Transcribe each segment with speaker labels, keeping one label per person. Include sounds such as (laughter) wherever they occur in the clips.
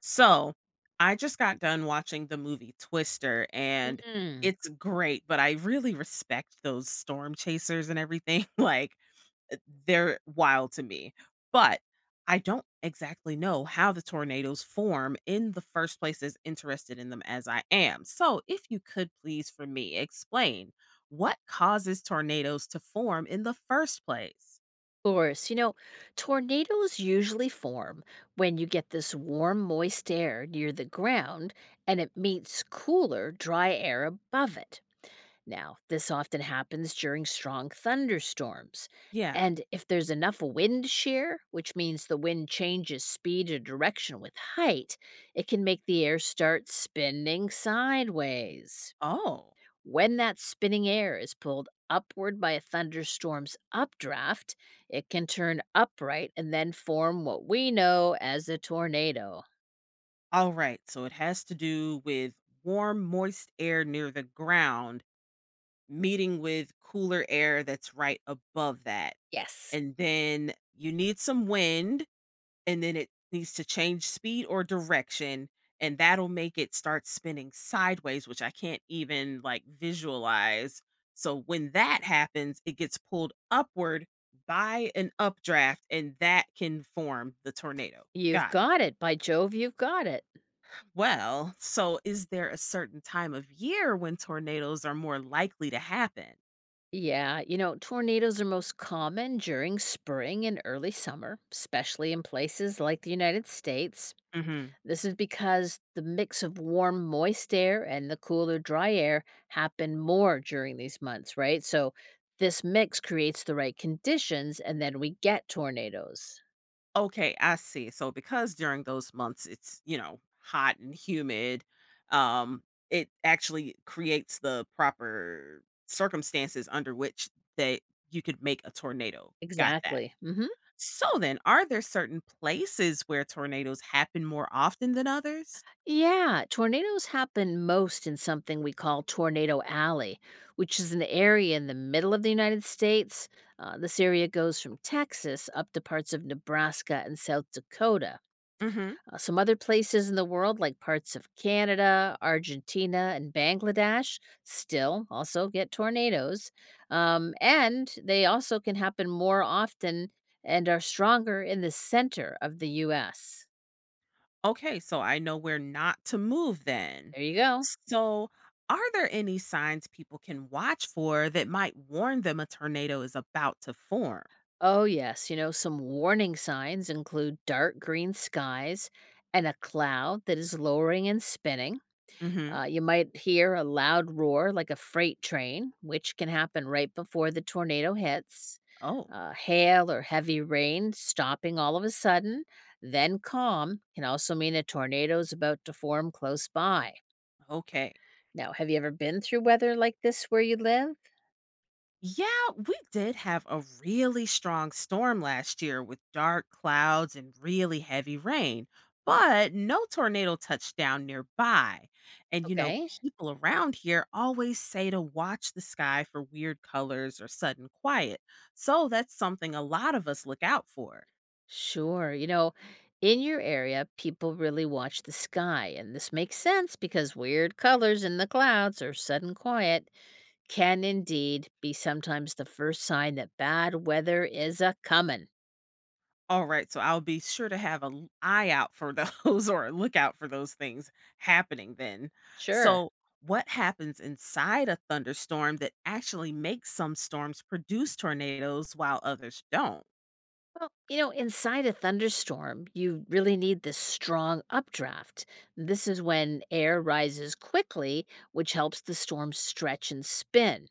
Speaker 1: So, I just got done watching the movie Twister, and
Speaker 2: Of
Speaker 1: it's great, but I really respect those storm chasers and everything. (laughs) Uh, they're wild to me. But I don't exactly know how the tornadoes form in the first place, as interested in them as I am. So, if you could please, for me, explain what causes tornadoes to form in the first place?
Speaker 2: course. You know, tornadoes usually form when you get this warm, moist air near the ground and it meets cooler, dry air above it. Now, this often happens during strong thunderstorms.
Speaker 1: Yeah.
Speaker 2: And if there's enough wind shear, which means the wind changes speed or direction with height, it can make the air start spinning sideways.
Speaker 1: Oh.
Speaker 2: When that spinning air is pulled upward by a thunderstorm's updraft, it can turn upright and then form what we know as a tornado.
Speaker 1: All right, so it has to do with warm, moist air near the ground meeting with cooler air that's right above that.
Speaker 2: Yes.
Speaker 1: And then you need some wind, and then it needs to change speed or direction, and that'll make it start spinning sideways, which I can't even like visualize. So when that happens, it gets pulled upward by an updraft, and that can form the tornado.
Speaker 2: You've
Speaker 1: Got it.
Speaker 2: got it. By Jove, you've got it.
Speaker 1: Well, so is there a certain time of year when tornadoes are more likely to happen?
Speaker 2: Yeah, you know, tornadoes are most common during spring and early summer, especially in places like the United States.
Speaker 1: Hmm.
Speaker 2: This is because the mix of warm, moist air and the cooler, dry air happen more during these months, right? So this mix creates the right conditions, and then we get tornadoes.
Speaker 1: Okay, I see. So because during those months it's, you know, hot and humid, um it actually creates the proper circumstances under which that you could make a tornado. Got that.
Speaker 2: Exactly. Hmm.
Speaker 1: So then, are there certain places where tornadoes happen more often than others?
Speaker 2: Yeah, tornadoes happen most in something we call Tornado Alley, which is an area in the middle of the United States. This area goes from Texas up to parts of Nebraska and South Dakota.
Speaker 1: Hmm.
Speaker 2: Some other places in the world, like parts of Canada, Argentina, and Bangladesh, still also get tornadoes. And they also can happen more often and are stronger in the center of the US.
Speaker 1: Okay, so I know where not to move then.
Speaker 2: There you go.
Speaker 1: So, are there any signs people can watch for that might warn them a tornado is about to form?
Speaker 2: Oh, yes. You know, some warning signs include dark green skies and a cloud that is lowering and spinning.
Speaker 1: Hmm.
Speaker 2: You might hear a loud roar like a freight train, which can happen right before the tornado hits.
Speaker 1: Oh,
Speaker 2: Hail or heavy rain stopping all of a sudden, then calm, can also mean a tornado is about to form close by.
Speaker 1: okay.
Speaker 2: Now, have you ever been through weather like this where you live?
Speaker 1: Yeah, we did have a really strong storm last year with dark clouds and really heavy rain, but no tornado touched down nearby. And, you know,
Speaker 2: Okay,
Speaker 1: people around here always say to watch the sky for weird colors or sudden quiet. So that's something a lot of us look out for.
Speaker 2: sure. You know, in your area, people really watch the sky, and this makes sense because weird colors in the clouds or sudden quiet can indeed be sometimes the first sign that bad weather is a comin'.
Speaker 1: Alright, so I'll be sure to have an eye out for those (laughs) or a lookout for those things happening then.
Speaker 2: Sure.
Speaker 1: So, what happens inside a thunderstorm that actually makes some storms produce tornadoes while others don't?
Speaker 2: Well, you know, inside a thunderstorm, you really need this strong updraft. This is when air rises quickly, which helps the storm stretch and spin.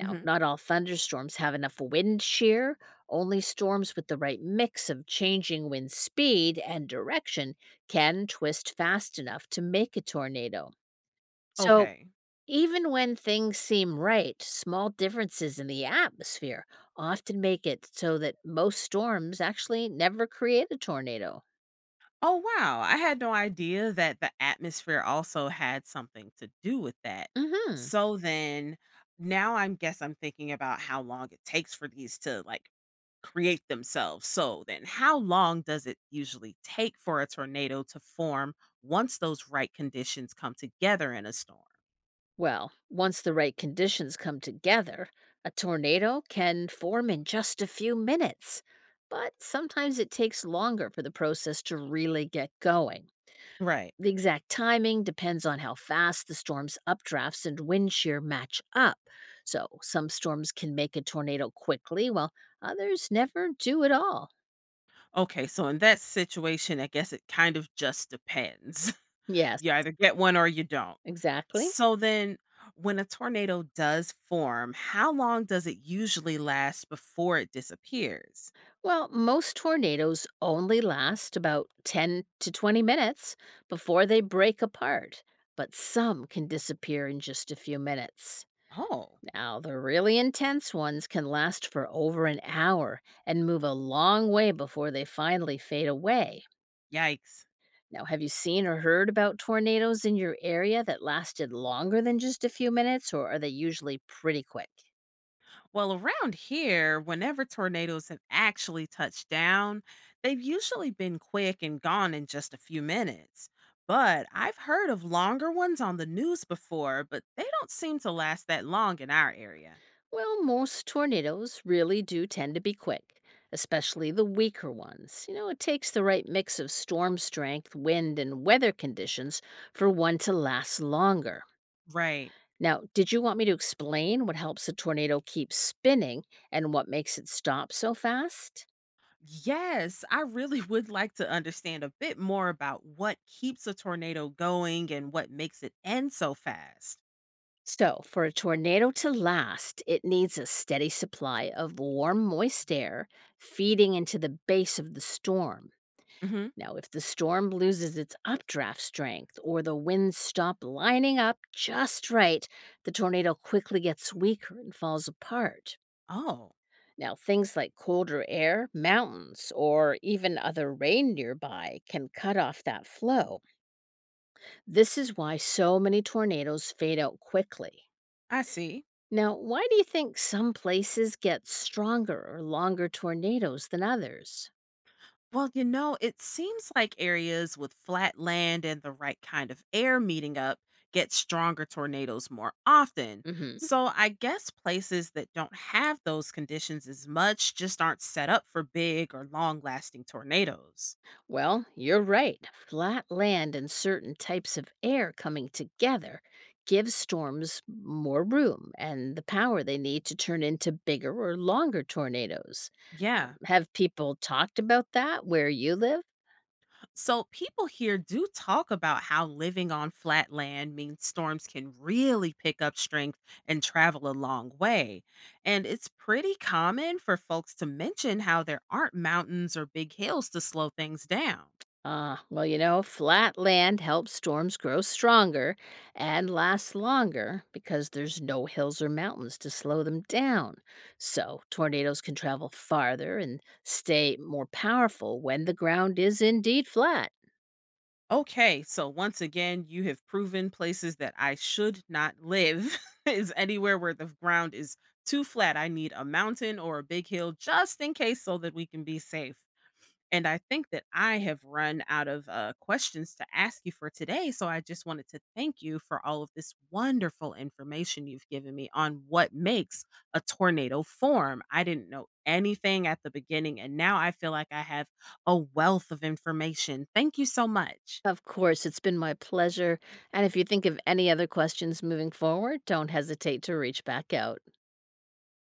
Speaker 2: Now, not all thunderstorms have enough wind shear. Only storms with the right mix of changing wind speed and direction can twist fast enough to make a tornado. So,
Speaker 1: Okay.
Speaker 2: Even when things seem right, small differences in the atmosphere often make it so that most storms actually never create a tornado.
Speaker 1: Oh, wow. I had no idea that the atmosphere also had something to do with that.
Speaker 2: Hmm.
Speaker 1: So then now I'm guess I'm thinking about how long it takes for these to like create themselves. So then how long does it usually take for a tornado to form once those right conditions come together in a storm?
Speaker 2: Well, once the right conditions come together, a tornado can form in just a few minutes. But sometimes it takes longer for the process to really get going.
Speaker 1: Right.
Speaker 2: The exact timing depends on how fast the storm's updrafts and wind shear match up. So, some storms can make a tornado quickly, while others never do at all.
Speaker 1: Okay, so in that situation, I guess it kind of just depends.
Speaker 2: Yes,
Speaker 1: You either get one or you don't.
Speaker 2: exactly.
Speaker 1: So then when a tornado does form, how long does it usually last before it disappears?
Speaker 2: Well, most tornadoes only last about 10 to 20 minutes before they break apart, but some can disappear in just a few minutes.
Speaker 1: Oh,
Speaker 2: Now, the really intense ones can last for over an hour and move a long way before they finally fade away.
Speaker 1: yikes.
Speaker 2: Now, have you seen or heard about tornadoes in your area that lasted longer than just a few minutes, or are they usually pretty quick?
Speaker 1: Well, around here, whenever tornadoes have actually touched down, they've usually been quick and gone in just a few minutes. But I've heard of longer ones on the news before, but they don't seem to last that long in our area.
Speaker 2: Well, most tornadoes really do tend to be quick, especially the weaker ones. You know, it takes the right mix of storm strength, wind, and weather conditions for one to last longer.
Speaker 1: Right.
Speaker 2: Now, did you want me to explain what helps a tornado keep spinning and what makes it stop so fast?
Speaker 1: Yes, I really would like to understand a bit more about what keeps a tornado going and what makes it end so fast.
Speaker 2: So, for a tornado to last, it needs a steady supply of warm, moist air feeding into the base of the storm.
Speaker 1: Hmm.
Speaker 2: Now, if the storm loses its updraft strength or the winds stop lining up just right, the tornado quickly gets weaker and falls apart.
Speaker 1: Oh,
Speaker 2: Now, things like colder air, mountains, or even other rain nearby can cut off that flow. This is why so many tornadoes fade out quickly.
Speaker 1: I see.
Speaker 2: Now, why do you think some places get stronger or longer tornadoes than others?
Speaker 1: Well, you know, it seems like areas with flat land and the right kind of air meeting up get stronger tornadoes more often.
Speaker 2: Hmm.
Speaker 1: So I guess places that don't have those conditions as much just aren't set up for big or long lasting tornadoes.
Speaker 2: Well, you're right. Flat land and certain types of air coming together give storms more room and the power they need to turn into bigger or longer tornadoes.
Speaker 1: Yeah.
Speaker 2: Have people talked about that where you live?
Speaker 1: So, people here do talk about how living on flat land means storms can really pick up strength and travel a long way. And it's pretty common for folks to mention how there aren't mountains or big hills to slow things down.
Speaker 2: Ah, well, you know, flat land helps storms grow stronger and last longer because there's no hills or mountains to slow them down. So, tornadoes can travel farther and stay more powerful when the ground is indeed flat.
Speaker 1: Okay, so once again, you have proven places that I should not live (laughs) is anywhere where the ground is too flat. I need a mountain or a big hill just in case so that we can be safe. And I think that I have run out of questions to ask you for today. So I just wanted to thank you for all of this wonderful information you've given me on what makes a tornado form. I didn't know anything at the beginning, and now I feel like I have a wealth of information. Thank you so much.
Speaker 2: Of course, it's been my pleasure. And if you think of any other questions moving forward, don't hesitate to reach back out.